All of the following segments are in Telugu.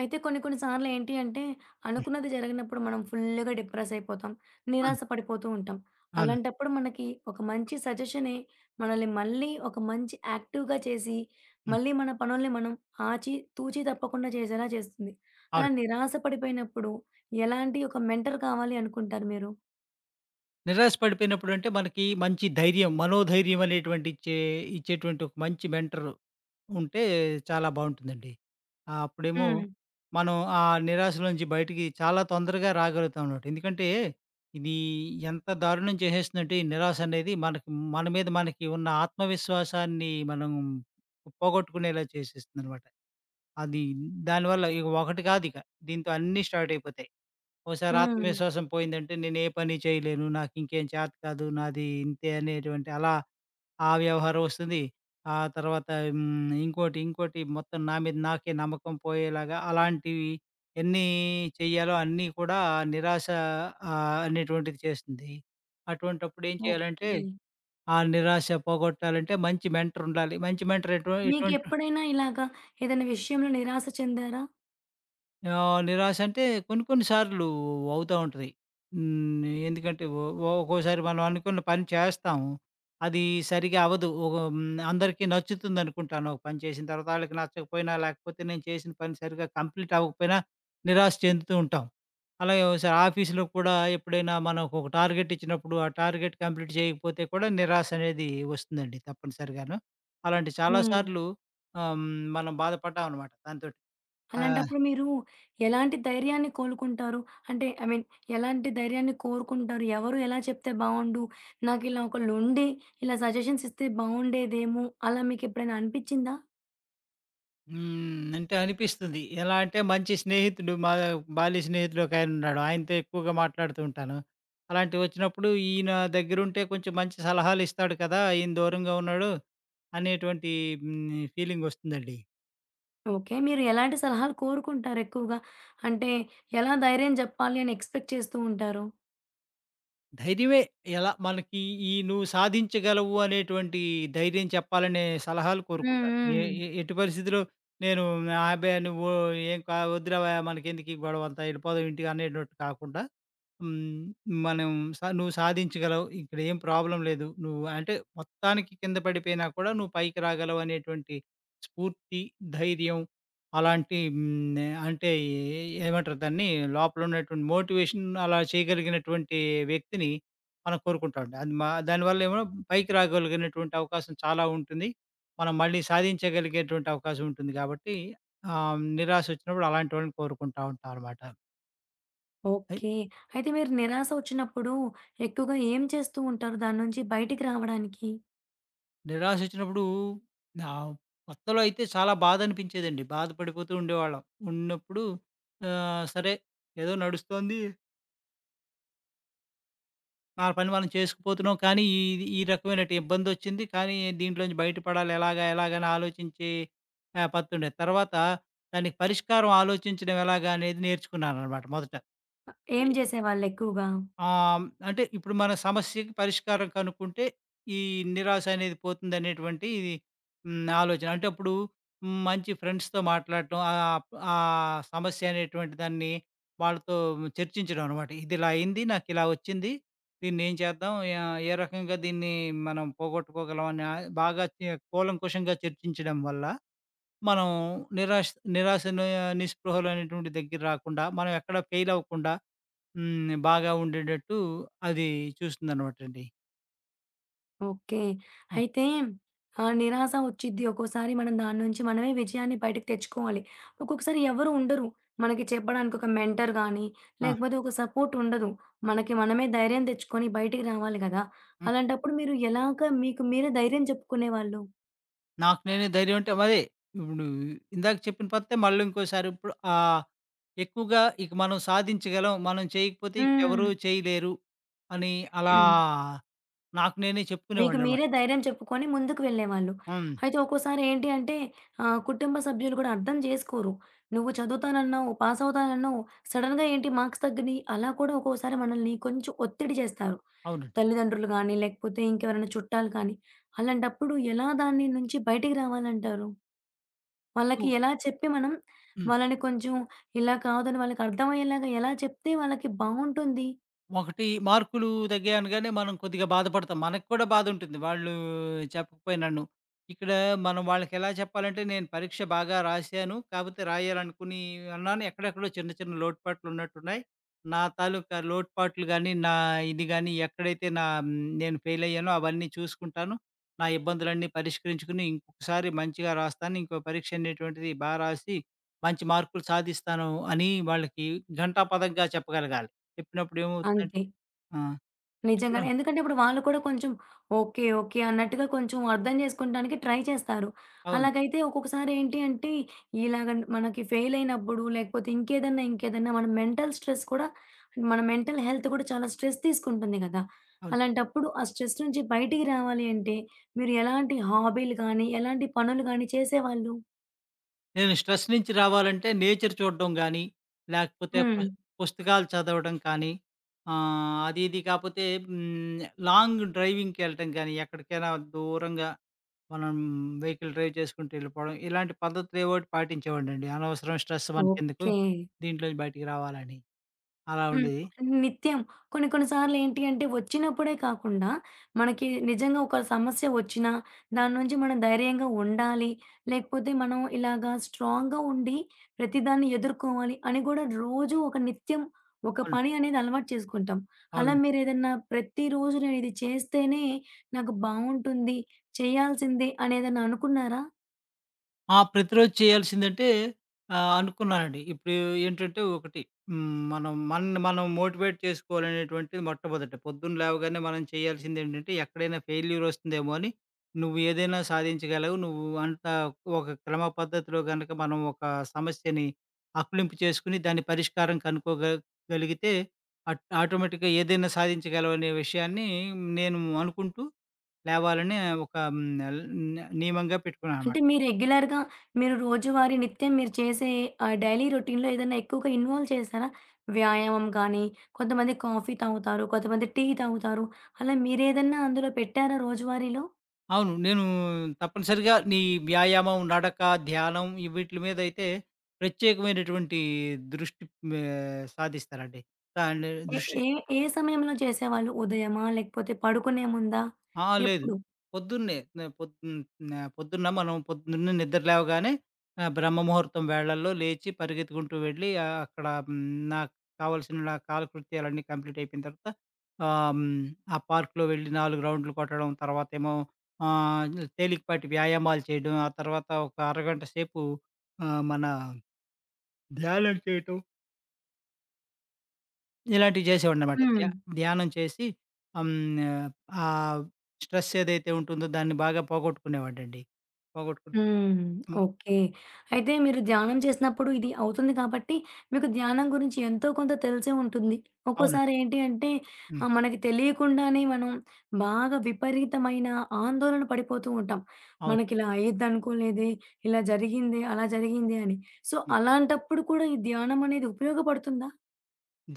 అయితే కొన్ని కొన్ని సార్లు ఏంటి అంటే, హ్మ్. అనుకున్నది జరగనప్పుడు మనం ఫుల్లుగా డిప్రెస్ అయిపోతాం. అవును. నిరాశ పడిపోతూ ఉంటాం. అవునండి. అలాంటప్పుడు మనకి ఒక మంచి సజెషనే మనల్ని మళ్ళీ ఒక మంచి యాక్టివ్‌గా చేసి, హ్మ్. మళ్ళీ మన పనుల్ని మనం ఆచి తూచి తప్పకుండా చేసేలా చేస్తుంది. అలా అవును. నిరాశ పడిపోయినప్పుడు ఎలాంటి ఒక మెంటర్ కావాలి అనుకుంటారు మీరు? నిరాశ పడిపోయినప్పుడంటే మనకి మంచి ధైర్యం, మనోధైర్యం అనేటువంటి ఇచ్చేటువంటి ఒక మంచి మెంటర్ ఉంటే చాలా బావుంటుందండి. అప్పుడేమో హ్మ్. మనం ఆ నిరాశలో నుంచి బయటికి చాలా తొందరగా రాగలుగుతాం అన్నమాట. ఎందుకంటే ఇది ఎంత దారుణం చేసేస్తుందంటే ఈ నిరాశ అనేది మనకి మన మీద మనకి ఉన్న ఆత్మవిశ్వాసాన్ని మనం పోగొట్టుకునేలా చేసేస్తుందన్నమాట. అది దానివల్ల ఇక ఒకటి కాదిక. దీంతో అన్నీ స్టార్ట్ అయిపోతాయి. ఓసారి హ్మ్. ఆత్మవిశ్వాసం పోయిందంటే నేను ఏ పని చేయలేను. నాకు ఇంకేం చేత కాదు. నాది ఇంతే అనేటువంటి అలా ఆ వ్యవహారం వస్తుంది. ఆ తర్వాత ఇంకోటి మొత్తం నా మీద నాకే నమ్మకం పోయేలాగా అలాంటివి ఎన్ని చెయ్యాలో అన్నీ కూడా నిరాశ అనేటువంటిది చేస్తుంది. అటువంటప్పుడు ఏం చేయాలంటే, ఓకే. ఆ నిరాశ పోగొట్టాలంటే మంచి మెంటర్ ఉండాలి. మంచి మెంటర్ ఎటువంటి మీకెప్పుడైనా ఇలాగా ఏదైనా విషయంలో నిరాశ చెందారా? నిరాశ అంటే కొన్ని కొన్ని సార్లు అవుతా ఉంటది. హ్మ్. ఎందుకంటే ఒక్కోసారి మనం అనుకున్న పని చేస్తాం. అది సరిగ్గా అవ్వదు. ఒక హ్మ్. అందరికీ నచ్చుతుందనుకుంటాను. ఒక పని చేసిన తర్వాత ఆళ్ళకి నచ్చకపోయినా, లేకపోతే నేను చేసిన పని సరిగ్గా కంప్లీట్ అవ్వకపోయినా నిరాశ చెందుతూ ఉంటాం. అలాగే ఒకసారి ఆఫీస్‌లో కూడా ఎప్పుడైనా మనకు ఒక టార్గెట్ ఇచ్చినప్పుడు, ఆ టార్గెట్ కంప్లీట్ చేయకపోతే కూడా నిరాశ అనేది వస్తుందండి తప్పనిసరిగాను. అలాంటి చాలా హ్మ్. సార్లు ఆహ్, హ్మ్. మనం బాధపడ్డామనమాట దాంతోటి. ఆ! అలాంటప్పుడు మీరు ఎలాంటి ధైర్యాన్ని కోలుకుంటారు? అంటే ఐ మీన్ ఎలాంటి ధైర్యాన్ని కోరుకుంటారు? ఎవరు ఎలా చెప్తే బావుండు? నాకిలా ఒకళ్ళుండి ఇలా సజెషన్స్ ఇస్తే బావుండేదేమో అలా మీకెప్పుడైనా అనిపిచ్చిందా? హ్మ్. అంటే అనిపిస్తుంది. ఎలా అంటే మంచి స్నేహితుడు మా బాల్య స్నేహితుడు ఒకాయనున్నాడు. ఆయనతో ఎక్కువగా మాట్లాడుతూ ఉంటాను. అలాంటివొచ్చినప్పుడు ఈయన దగ్గరుంటే కొంచెం మంచి సలహాలిస్తాడు కదా! ఈయన దూరంగా ఉన్నాడు అనేటువంటి ఫీలింగొస్తుందండి. ఓకే. మీరు ఎలాంటి సలహాలు కోరుకుంటారు ఎక్కువగా? అంటే ఎలా ధైర్యం జెప్పాలి అని ఎక్స్‌పెక్ట్ చేస్తూ ఉంటారు? ధైర్యమే ఎలా మనకి ఈ నువ్వు సాధించగలవు అనేటువంటి ధైర్యం చెప్పాలనే సలహాలు హ్మ్. కోరుకుంటాను. ఏ హ్మ్. ఎ ఎట్టి పరిస్థితిలో నేను అబ్బే! నువ్వు ఏం కా వద్దురా మనకెందుకీ గొడవంతా ఎళ్ళిపోదాం ఇంటికి అనేటట్టు కాకుండా హ్మ్. మనం సా నువ్వు సాధించగలవు. ఇక్కడేం ప్రాబ్లమ్ లేదు. నువ్వు అంటే మొత్తానికి కింద పడిపోయినా కూడా నువ్వు పైకి రాగలవు అనేటువంటి స్ఫూర్తి, ధైర్యం అలాంటి అంటే ఏమంటారు దాన్ని? లోపల ఉన్నటువంటి మోటివేషన్ అలా చేయగలిగినటువంటి వ్యక్తిని మనం కోరుకుంటా ఉంటాం. అది మా దానివల్లేమో పైకి రాగలిగినటువంటి అవకాశం చాలా ఉంటుంది. మనం మళ్ళీ సాధించగలిగేటువంటి అవకాశం ఉంటుంది. కాబట్టి నిరాశ వచ్చినప్పుడు అలాంటి వాళ్ళని కోరుకుంటా ఉంటాం అనమాట. ఓకే. అయితే మీరు నిరాశ ఒచ్చినప్పుడు ఎక్కువగా ఏం చేస్తూ ఉంటారు? దాని నుంచి బయటికి రావడానికి? నిరాశొచ్చినప్పుడు ఆహ్, కొత్తలో అయితే చాలా బాధనిపించేదండి. బాధపడిపోతూ ఉండేవాళ్ళం. ఉన్నప్పుడు సరే, ఏదో నడుస్తోంది. మన పని మనం చేసుకుపోతున్నాం. కానీ ఈ ఈ రకమైన ఇబ్బందొచ్చింది. కానీ దీంట్లో నుంచి బయటపడాలి ఎలాగా? ఎలాగా? అని ఆలోచించే పత్తుండేది. తర్వాత దానికి పరిష్కారం ఆలోచించడం ఎలాగా అనేది నేర్చుకున్నాననమాట మొదట. ఏం జేసేవాళ్ళెక్కువగా? ఆహ్, అంటే ఇప్పుడు మన సమస్యకి పరిష్కారం కనుక్కుంటే, ఈ నిరాశ అనేది పోతుందనేటువంటి ఆలోచన. అంటే అప్పుడు మంచి ఫ్రెండ్స్‌తో మాట్లాడటం, ఆహ్, ఆహ్, సమస్య అనేటువంటి దాన్ని వాళ్ళతో చర్చించడం అనమాట. ఇదిలా అయింది, నాకిలా వచ్చింది. దీన్నేం చేద్దాం? ఏ రకంగా దీన్ని మనం పోగొట్టుకోగలం అని ఆహ్, బాగా చే కూలంకషంగా చర్చించడం వల్ల, మనం నిరాశ్ నిరాశ ని నిస్పృహలు అనేటువంటి దగ్గర రాకుండా, మనం ఎక్కడ ఫెయిల్ అవ్వకుండా బాగా ఉండేటట్టు అది చూస్తుందనమాటండి. ఓకే. హ్మ్. అయితే నిరాశ ఒచ్చిద్ది. ఒక్కోసారి మనం దాని నుంచి మనమే విజయాన్ని బయటకు తెచ్చుకోవాలి. ఒక్కొక్కసారి ఎవరు ఉండరు. మనకి చెప్పడానికి ఒక మెంటర్ గానీ, ఆ! లేకపోతే ఒక సపోర్ట్ ఉండదు. మనకి మనమే ధైర్యం తెచ్చుకొని బయటికి రావాలి గదా! హ్మ్. అలాంటప్పుడు మీరు ఎలాగా మీకు మీరే ధైర్యం చెప్పుకునేవాళ్ళు? నాకు నేనే ధైర్యం అంటే అదే ఇప్పుడు ఇందాక చెప్పిన పద్ధతే మళ్ళీ ఇంకోసారి ఇప్పుడు ఎక్కువగా ఇక మనం సాధించగలం. మనం చేయకపోతే ఇంకెవరు చేయలేరు అని అలా హ్మ్. నాకు నేనే మీకు చెప్పుకునేవాడిననమాట. మీరే ధైర్యం చెప్పుకొని ముందుకు వెళ్ళేవాళ్ళు. హ్మ్. అయితే ఒక్కోసారి ఏంటి అంటే కుటుంబ సభ్యులు కూడా అర్థం చేసుకోరు. నువ్వు చదువుతానన్నావు, పాసవుతానన్నావు, సడెన్‌గా ఏంటి మార్క్స్ తగ్గినయి అలా కూడా ఒక్కోసారి మనల్ని కొంచెం ఒత్తిడి చేస్తారు. అవునండి. తల్లిదండ్రులు గానీ, లేకపోతే ఇంకెవరైనా చుట్టాలు కానీ. హ్మ్. అలాంటప్పుడు ఎలా దాని నుంచి బయటికి రావాలంటారు? వాళ్ళకి హ్మ్. ఎలా చెప్పి మనం వాళ్ళని కొంచెం ఇలా కాదని వాళ్ళకి అర్థమయ్యేలాగా ఎలా చెప్తే వాళ్ళకి బావుంటుంది? ఒకటి మార్కులు తగ్గాయి అనగానే మనం కొద్దిగా బాధపడతాం. మనకు కూడా బాధుంటుంది. వాళ్ళు చెప్పకపోయినాను. ఇక్కడ మనం వాళ్ళకెలా చెప్పాలంటే నేను పరీక్ష బాగా రాశాను. కాపోతే రాయాలనుకుని అన్నాను. ఎక్కడెక్కడో చిన్న చిన్న లోటుపాట్లున్నట్టున్నాయి. నా తాలూకా లోటుపాట్లు గాని, నా ఇది గాని ఎక్కడైతే నా నేను ఫెయిలయ్యానో అవన్నీ చూసుకుంటాను. నా ఇబ్బందులన్నీ పరిష్కరించుకుని ఇంకొకసారి మంచిగా రాస్తాను. ఇంకో పరీక్ష అనేటువంటిది రాసి మంచి మార్కులు సాధిస్తాను అని వాళ్ళకి ఘంటాపథంగా చెప్పగలగాలి. చెప్పినప్పుడు ఏమవుతుందంటే అంతే. ఆ! ఇప్పుడు నిజంగానే. ఎందుకంటే ఇప్పుడు వాళ్ళు కూడా కొంచెం ఓకే. ఓకే. అన్నట్టుగా కొంచెం అర్థం జేసుకుంటానికి ట్రై చేస్తారు. అవును. అలాగైతే ఒక్కొక్కసారి ఏంటి అంటే ఇలాగ మనకి ఫెయిల్ అయినప్పుడు లేకపోతే ఇంకేదన్నా మన మెంటల్ స్ట్రెస్ కూడా మన మెంటల్ హెల్త్ కూడా చాలా స్ట్రెస్ తీసుకుంటుంది గదా! అవును. అలాంటప్పుడు ఆ స్ట్రెస్ నుంచి బయటికి రావాలి అంటే మీరు ఎలాంటి హాబీలు గానీ, ఎలాంటి పనులు గానీ చేసేవాళ్ళు? నేను స్ట్రెస్ నుంచి రావాలంటే నేచర్ చూడడం గానీ, లేకపోతే హ్మ్. పుస్తకాలు చదవడం కానీ, అది ఇది కాపోతే లాంగ్ డ్రైవింగ్‌కెళ్ళటం గానీ, ఎక్కడికైనా దూరంగా మనం వెహికల్ డ్రైవ్ చేసుకుంటూ వెళ్ళిపోవడం, ఇలాంటి పద్ధతులు ఏవో ఒకటి పాటించేవాడినండి. అనవసరం స్ట్రెస్ మనకెందుకు, ఓకే. దీంట్లో నుంచి బయటికి రావాలని. అలా హ్మ్. ఉండేది. నిత్యం. కొన్ని కొన్ని సార్లేంటి అంటే వచ్చినప్పుడే కాకుండా, మనకి నిజంగా ఒక సమస్య వచ్చినా, దాని నుంచి మనం ధైర్యంగా ఉండాలి. లేకపోతే మనం ఇలాగా స్ట్రాంగ్‌గా ఉండి, ప్రతిదాన్ని ఎదుర్కోవాలి అని గూడా రోజు ఒక నిత్యం ఒక అవును. పని అనేది అలవాటు చేసుకుంటాం. అలా అవును. మీరేదన్నా ప్రతిరోజు నేనిది చేస్తేనే నాకు బావుంటుంది, చేయాల్సిందే అనేదన్నా అనుకున్నారా? ఆ! ప్రతిరోజు చేయాల్సిందంటే అనుకున్నానండి. ఇప్పుడు ఏంటంటే ఒకటి హ్మ్. మనం మనల్ని మనం మోటివేట్ చేసుకోవాలనేటువంటిది మొట్టమొదట. పొద్దున్న లేవగానే మనం చేయాల్సిందేంటంటే ఎక్కడైనా ఫెయిల్యూర్ వస్తుందేమో అని నువ్వు ఏదైనా సాధించగలవు. నువ్వు అంతా ఒక క్రమ పద్ధతిలో గనక మనం ఒక సమస్యని అకులింపు చేసుకొని దాని పరిష్కారం గలిగితే ఆటోమేటిక్‌గా ఏదైనా సాధించగలవు అనే విషయాన్ని నేను అనుకుంటూ లేవాలని ఒక హ్మ్. న నియమంగా అంటే పెట్టుకున్నాననమాట. మీరు రెగ్యులర్‌గా మీరు రోజువారీ నిత్యం మీరు చేసే డైలీ రొటీన్‌లో ఏదైనా ఎక్కువగా ఇన్వాల్వ్ చేశారా? వ్యాయామం గానీ, కొంతమంది కాఫీ తాగుతారు, కొంతమంది టీ తాగుతారు. అలా మీరేదన్నా అందులో పెట్టారా రోజువారీలో? అవును. నేను తప్పనిసరిగా వ్యాయామం, నడక, ధ్యానం ఈ వీట్లి మీదయితే ప్రత్యేకమైనటువంటి దృష్టి సాధిస్తానండి. దాన్ని ఏ దృష్టి ఏ ఏ సమయంలో చేసేవాళ్ళు? ఉదయమా? లేకపోతే పడుకునే ముందా? ఆ! లేదు. ఎప్పుడు? పొద్దున్నే నే పొద్దున్ నే పొద్దున్న మనం పొద్దున్నే నిద్ర లేవగానే బ్రహ్మ ముహూర్తం వేళల్లో లేచి పరిగెత్తుకుంటూ వెళ్ళి అక్కడ నాకు కావాల్సిన నా కాలకృత్యాలన్నీ కంప్లీట్ అయిపోయిన తర్వాత ఆహ్, హ్మ్, ఆ పార్క్‌లో వెళ్ళి 4 రౌండ్‌లు కొట్టడం, తర్వాతేమో ఆహ్, తేలికపాటి వ్యాయామాలు చేయడం, ఆ తర్వాత ఒక అరగంట సేపు మన ధ్యానం చేయటం. ఇలాంటివి చేసేవాడినమాట. హ్మ్. ధ్యానం చేసి హ్మ్. ఆ స్ట్రెస్ ఏదైతే ఉంటుందో దాన్ని బాగా పోగొట్టుకునేవాడినండి. పోగొట్టుకు హ్మ్. హ్మ్. ఓకే. అయితే మీరు ధ్యానం చేసినప్పుడు ఇది అవుతుంది కాబట్టి, మీకు ధ్యానం గురించి ఎంతో కొంత తెలిసే ఉంటుంది. అవును. ఒక్కోసారి ఏంటి అంటే హ్మ్. మనకి తెలియకుండానే మనం బాగా విపరీతమైన ఆందోళన పడిపోతూ ఉంటాం. అవును. మనకిలా అయ్యిద్దనుకోలేదే, ఇలా జరిగిందే, అలా జరిగిందే అని. సో, హ్మ్. అలాంటప్పుడు కూడా ఈ ధ్యానం అనేది ఉపయోగపడుతుందా?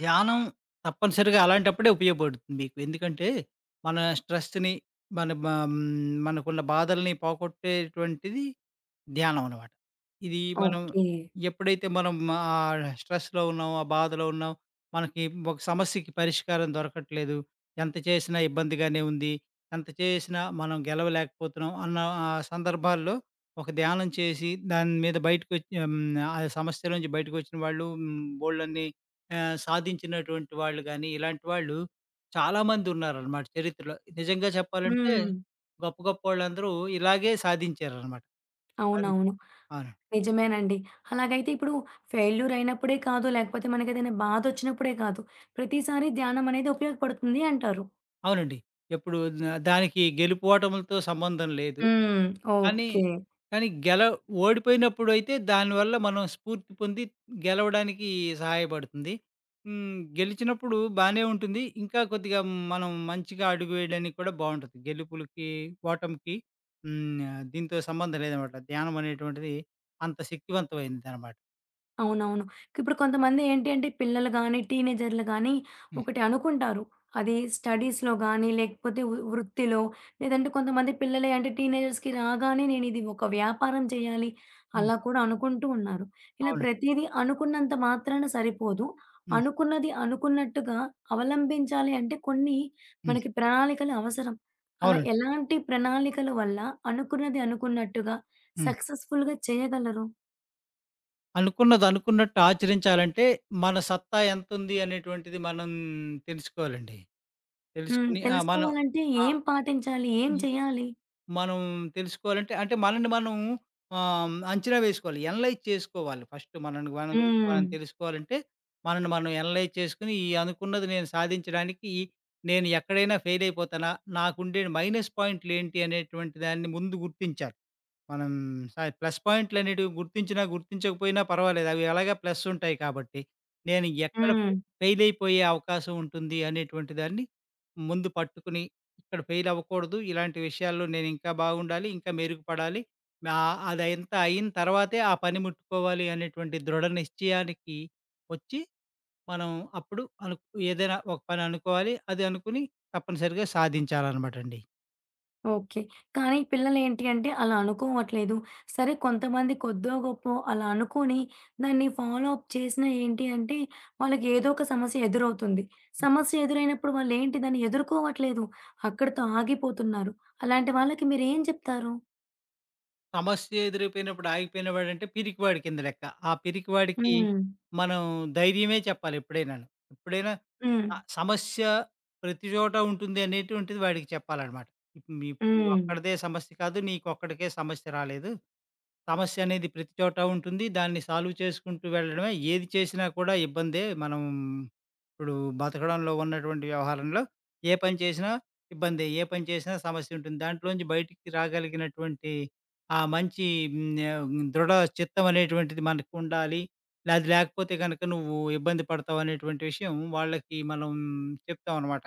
ధ్యానం తప్పనిసరిగా అలాంటప్పుడే ఉపయోగపడుతుంది మీకు. ఎందుకంటే మన స్ట్రెస్‌ని మన బ హ్మ్. మనకున్న బాధల్ని పోగొట్టేటువంటిది ధ్యానం అనమాట. ఇది మనం ఓకే. ఎప్పుడైతే మనం స్ట్రెస్‌లో ఉన్నాం, ఆ బాధలో ఉన్నాం, మనకి ఒక సమస్యకి పరిష్కారం దొరకట్లేదు, ఎంత చేసినా ఇబ్బందిగానే ఉంది, ఎంత చేసినా మనం గెలవలేకపోతున్నాం అన్న సందర్భాల్లో ఒక ధ్యానం చేసి దాని మీద బయటకొచ్చి ఆ సమస్య నుంచి బయటకొచ్చిన వాళ్ళు బోలెడన్ని సాధించినటువంటి వాళ్ళు గాని, ఇలాంటి వాళ్ళు చాలామంది ఉన్నారనమాట చరిత్రలో. నిజంగా చెప్పాలంటే హ్మ్. గొప్ప గొప్పోళ్ళందరూ ఇలాగే సాధించారనమాట. అవునవును. అవును. నిజమేనండి. అలాగైతే ఇప్పుడు ఫెయిల్యూర్ అయినప్పుడే కాదు, లేకపోతే మనకేదైనా బాధొచ్చినప్పుడే కాదు, ప్రతిసారి ధ్యానం అనేది ఉపయోగపడుతుంది అంటారు. అవునండి. ఎప్పుడు దానికి గెలుపోటములతో సంబంధం లేదు. హ్మ్. కానీ, ఓకే. కానీ గెల ఓడిపోయినప్పుడైతే దానివల్ల మనం స్ఫూర్తి పొంది గెలవడానికి సహాయపడుతుంది. హ్మ్. గెలిచినప్పుడు బానే ఉంటుంది. ఇంకా కొద్దిగా మనం మంచిగా అడుగు వేయడానికి కూడా బావుంటది. గెలుపులకి, ఓటమికి హ్మ్. దీంతో సంబంధం లేదనమాట. ధ్యానం అనేటువంటిది అంత శక్తివంతమైనదనమాట. అవునవును. ఇప్పుడు కొంతమంది ఏంటి అంటే పిల్లలు గానీ, టీనేజర్లు గానీ హ్మ్. ఒకటి అనుకుంటారు. అది స్టడీస్‌లో గానీ, లేకపోతే వృత్తిలో లేదంటే కొంతమంది పిల్లలే అంటే టీనేజర్స్‌కి రాగానే నేను ఇది ఒక వ్యాపారం చేయాలి హ్మ్. అలా కూడా అనుకుంటూ ఉన్నారు. ఇలా అవును. ప్రతీదీ అనుకున్నంత మాత్రాన సరిపోదు. హ్మ్. అనుకున్నది అనుకున్నట్టుగా అవలంబించాలి అంటే కొన్ని హ్మ్. మనకి ప్రణాళికలు అవసరం. అలా అవునండి. ఎలాంటి ప్రణాళికల వల్ల అనుకున్నది అనుకున్నట్టుగా హ్మ్. సక్సెస్‌ఫుల్‌గా చేయగలరు? అనుకున్నది అనుకున్నట్టు ఆచరించాలంటే, మన సత్తా ఎంతుంది అనేటువంటిది మనం తెలుసుకోవాలండి. హ్మ్. తెలుసుకొని ఆ! మనం తెలుసుకోవాలంటే ఆ! ఏం పాటించాలి? ఏం ఈ చేయాలి? మనం తెలుసుకోవాలంటే అంటే మనల్ని మనం అంచనా వేసుకోవాలి. ఎనలైజ్ చేసుకోవాలి. ఫస్ట్ మనల్ని మన గురించి హ్మ్. మనం తెలుసుకోవాలంటే, మనల్ని మనం ఎనలైజ్ చేసుకొని, ఈ అనుకున్నది నేను సాధించడానికి ఈ- నేను ఎక్కడైనా ఫెయిల్ అయిపోతానా? నాకుండే మైనస్ పాయింట్‌లేంటి అనేటువంటి దాన్ని ముందు గుర్తించాలి. మనం ప్లస్ పాయింట్‌లనేటివి గుర్తించినా, గుర్తించకపోయినా పర్వాలేదు. అవి ఎలాగా ప్లస్ ఉంటాయి కాబట్టి, నేను ఎక్కడ హ్మ్. ఫెయిల్ అయిపోయే అవకాశం ఉంటుంది అనేటువంటి దాన్ని ముందు పట్టుకొని ఇక్కడ ఫెయిల్ అవ్వకూడదు. ఇలాంటి విషయాల్లో నేను ఇంకా బాగుండాలి. ఇంకా మెరుగుపడాలి. నా అదంతా అయిన తర్వాతే ఆ పని ముట్టుకోవాలి అనేటువంటి దృఢ నిశ్చయానికి వచ్చి, మనం అప్పుడు అను ఏదైనా ఒక పని అనుకోవాలి. అది అనుకుని తప్పనిసరిగా సాధించాలనమాటండి. ఓకే. కానీ పిల్లలేంటి అంటే అలా అనుకోవట్లేదు. సరే కొంతమంది కొద్దో గొప్పో అలా అనుకోని దాన్ని ఫాలో అప్ చేసినా ఏంటి అంటే వాళ్ళకి ఏదో ఒక సమస్య ఎదురవుతుంది. సమస్య ఎదురైనప్పుడు వాళ్ళేంటి దాన్ని ఎదుర్కోవట్లేదు. అక్కడితో ఆగిపోతున్నారు. అలాంటి వాళ్ళకి మీరేం చెప్తారు? సమస్య ఎదురైపోయినప్పుడు ఆగిపోయినవాడంటే పిరికివాడి కింద లెక్క. ఆ పిరికివాడికి హ్మ్. మనం ధైర్యమే చెప్పాలి ఎప్పుడైనాను. ఎప్పుడైనా హ్మ్. ఆ సమస్య ప్రతి చోట ఉంటుంది అనేటువంటిది వాడికి చెప్పాలనమాట. "నీ నీ హ్మ్. ఒక్కడిదే సమస్య కాదు. నీకొక్కడికే సమస్య రాలేదు. సమస్య అనేది ప్రతి చోట ఉంటుంది. దాన్ని సాల్వ్ చేసుకుంటూ వెళ్ళడమే. ఏది చేసినా కూడా ఇబ్బందే. మనం ఇప్పుడు బతకడంలో ఉన్నటువంటి వ్యవహారంలో ఏ పని చేసినా ఇబ్బందే. ఏ పని చేసినా సమస్య ఉంటుంది. దాంట్లోంచి బయటికి రాగలిగినటువంటి ఆ మంచి హ్మ్, ఆహ్, దృఢ చిత్తం అనేటువంటిది మనకుండాలి. అది లేకపోతే గనక నువ్వు ఇబ్బంది పడతావు అనేటువంటి విషయం వాళ్ళకి మనం చెప్తామనమాట.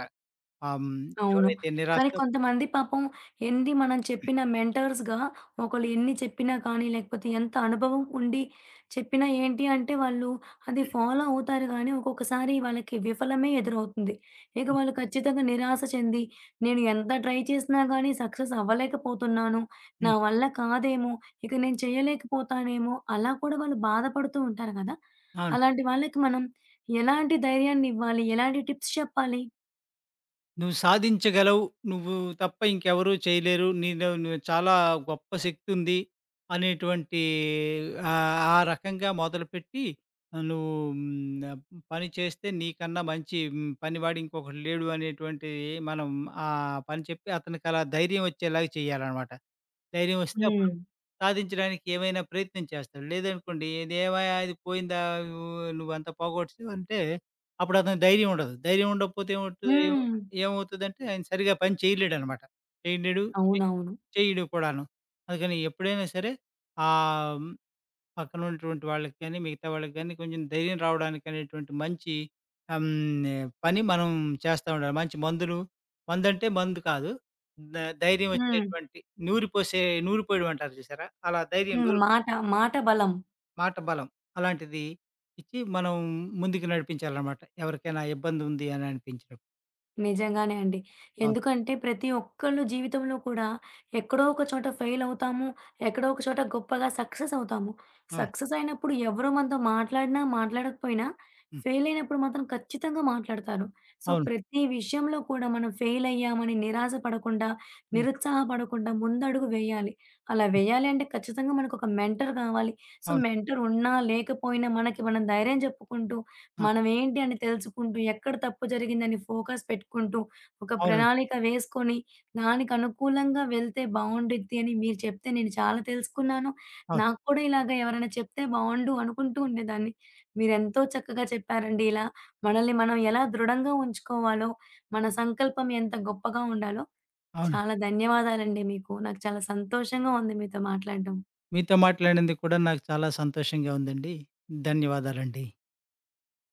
ఆహ్, హ్మ్, అవును. ఎవరైతే కానీ నిరాశ కొంతమంది పాపం ఎన్ని మనం చెప్పిన మెంటర్స్‌గా ఒకళ్ళు హ్మ్. ఎన్ని చెప్పినా కానీ, లేకపోతే ఎంత అనుభవం ఉండి చెప్పినా ఏంటి అంటే వాళ్ళు అది ఫాలో అవుతారు గానీ, ఒక్కొక్కసారి వాళ్ళకి విఫలమే ఎదురవుతుంది. ఇక హ్మ్. వాళ్ళు ఖచ్చితంగా నిరాశ చెంది, నేను ఎంత ట్రై చేసినా గానీ సక్సెస్ అవ్వలేకపోతున్నాను. నా హ్మ్. వల్ల కాదేమో, ఇక నేను చేయలేకపోతానేమో అలా కూడా వాళ్ళు బాధపడుతూ ఉంటారు గదా! ఆ! అలాంటి వాళ్ళకి మనం ఎలాంటి ధైర్యాన్ని ఇవ్వాలి? ఎలాంటి టిప్స్ చెప్పాలి? నువ్వు సాధించగలవు. నువ్వు తప్ప ఇంకెవరు చేయలేరు. నీలో నువ్వు చాలా గొప్ప శక్తుంది అనేటువంటి ఆ రకంగా మొదలుపెట్టి నువ్వు హ్మ్. పని చేస్తే నీకన్నా మంచి పనివాడు ఇంకొకడు లేడు అనేటువంటి మనం ఆ పని చెప్పి అతనికి అలా ధైర్యం వచ్చేలాగా చేయాలనమాట. ధైర్యం వస్తే హ్మ్. అప్పుడు సాధించడానికి ఏమైనా ప్రయత్నం చేస్తాడు. లేదనుకోండి ఇది ఏమయ్యా ఇది పోయిందా నువ్వు నువ్వంతా పోగొట్టేసావు అంటే అప్పుడు అతనికి ధైర్యం ఉండదు. ధైర్యం ఉండకపోతే ఏమవుతది? హ్మ్. ఏమవుతదంటే ఆయన సరిగ్గా పని చేయలేడనమాట. చేయలేడు. చె అవునవును. చేయడు కూడాను. అందుకని ఎప్పుడైనా సరే ఆహ్, హ్మ్, పక్కన ఉన్నటువంటి వాళ్ళకి గాని, మిగతా వాళ్ళకి గాని కొంచెం ధైర్యం రావడానికి అనేటువంటి మంచి పని మనం చేస్తా ఉండాలి. మంచి మందులు మందంటే మందు కాదు. ధ ధైర్యం హ్మ్. వచ్చేటువంటి నూరిపోసే నూరిపోయడం అంటారు చూసారా? అలా ధైర్యం హ్మ్. నూరిపోయడం, మాట, మాట బలం. మాట బలం అలాంటిది ఇచ్చి మనం ముందుకు నడిపించాలనమాట. ఎవరికైనా ఇబ్బంది ఉంది అని అనిపించినప్పుడు. నిజంగానే అండి. అవును. ఎందుకంటే ప్రతి ఒక్కళ్ళు జీవితంలో కూడా ఎక్కడో ఒక చోట ఫెయిల్ అవుతాము. ఎక్కడో ఒక చోట గొప్పగా సక్సెస్ అవుతాము. అవును. సక్సెస్ అయినప్పుడు ఎవరు మనతో మాట్లాడినా, మాట్లాడకపోయినా హ్మ్. ఫెయిల్ అయినప్పుడు మాత్రం ఖచ్చితంగా మాట్లాడతారు. సో, అవును. ప్రతి విషయంలో కూడా మనం ఫెయిల్ అయ్యామని నిరాశ పడకుండా, హ్మ్. నిరుత్సాహపడకుండా ముందడుగు వేయాలి. అలా వేయాలి అంటే ఖచ్చితంగా మనకొక మెంటర్ కావాలి. సో, అవును. మెంటర్ ఉన్నా, లేకపోయినా మనకి మనం ధైర్యం చెప్పుకుంటూ ఆ! మనం ఏంటి అని తెలుసుకుంటూ, ఎక్కడ తప్పు జరిగిందని ఫోకస్ పెట్టుకుంటూ, ఒక అవునండి. ప్రణాళిక వేసుకొని, దానికి అనుకూలంగా వెళ్తే బావుండిద్ది అని మీరు చెప్తే నేను చాలా తెలుసుకున్నాను. అవును. నాకు కూడా ఇలాగ ఎవరైనా చెప్తే బావుండు అనుకుంటూ ఉండేదాన్ని. మీరెంతో చక్కగా చెప్పారండి. ఇలా మనల్ని మనం ఎలా దృఢంగా ఉంచుకోవాలో, మన సంకల్పం ఎంత గొప్పగా ఉండాలో అవును. చాలా ధన్యవాదాలండి మీకు. నాకు చాలా సంతోషంగా ఉంది మీతో మాట్లాడడం. మీతో మాట్లాడినందుకు కూడా నాకు చాలా సంతోషంగా ఉందండి. ధన్యవాదాలండి.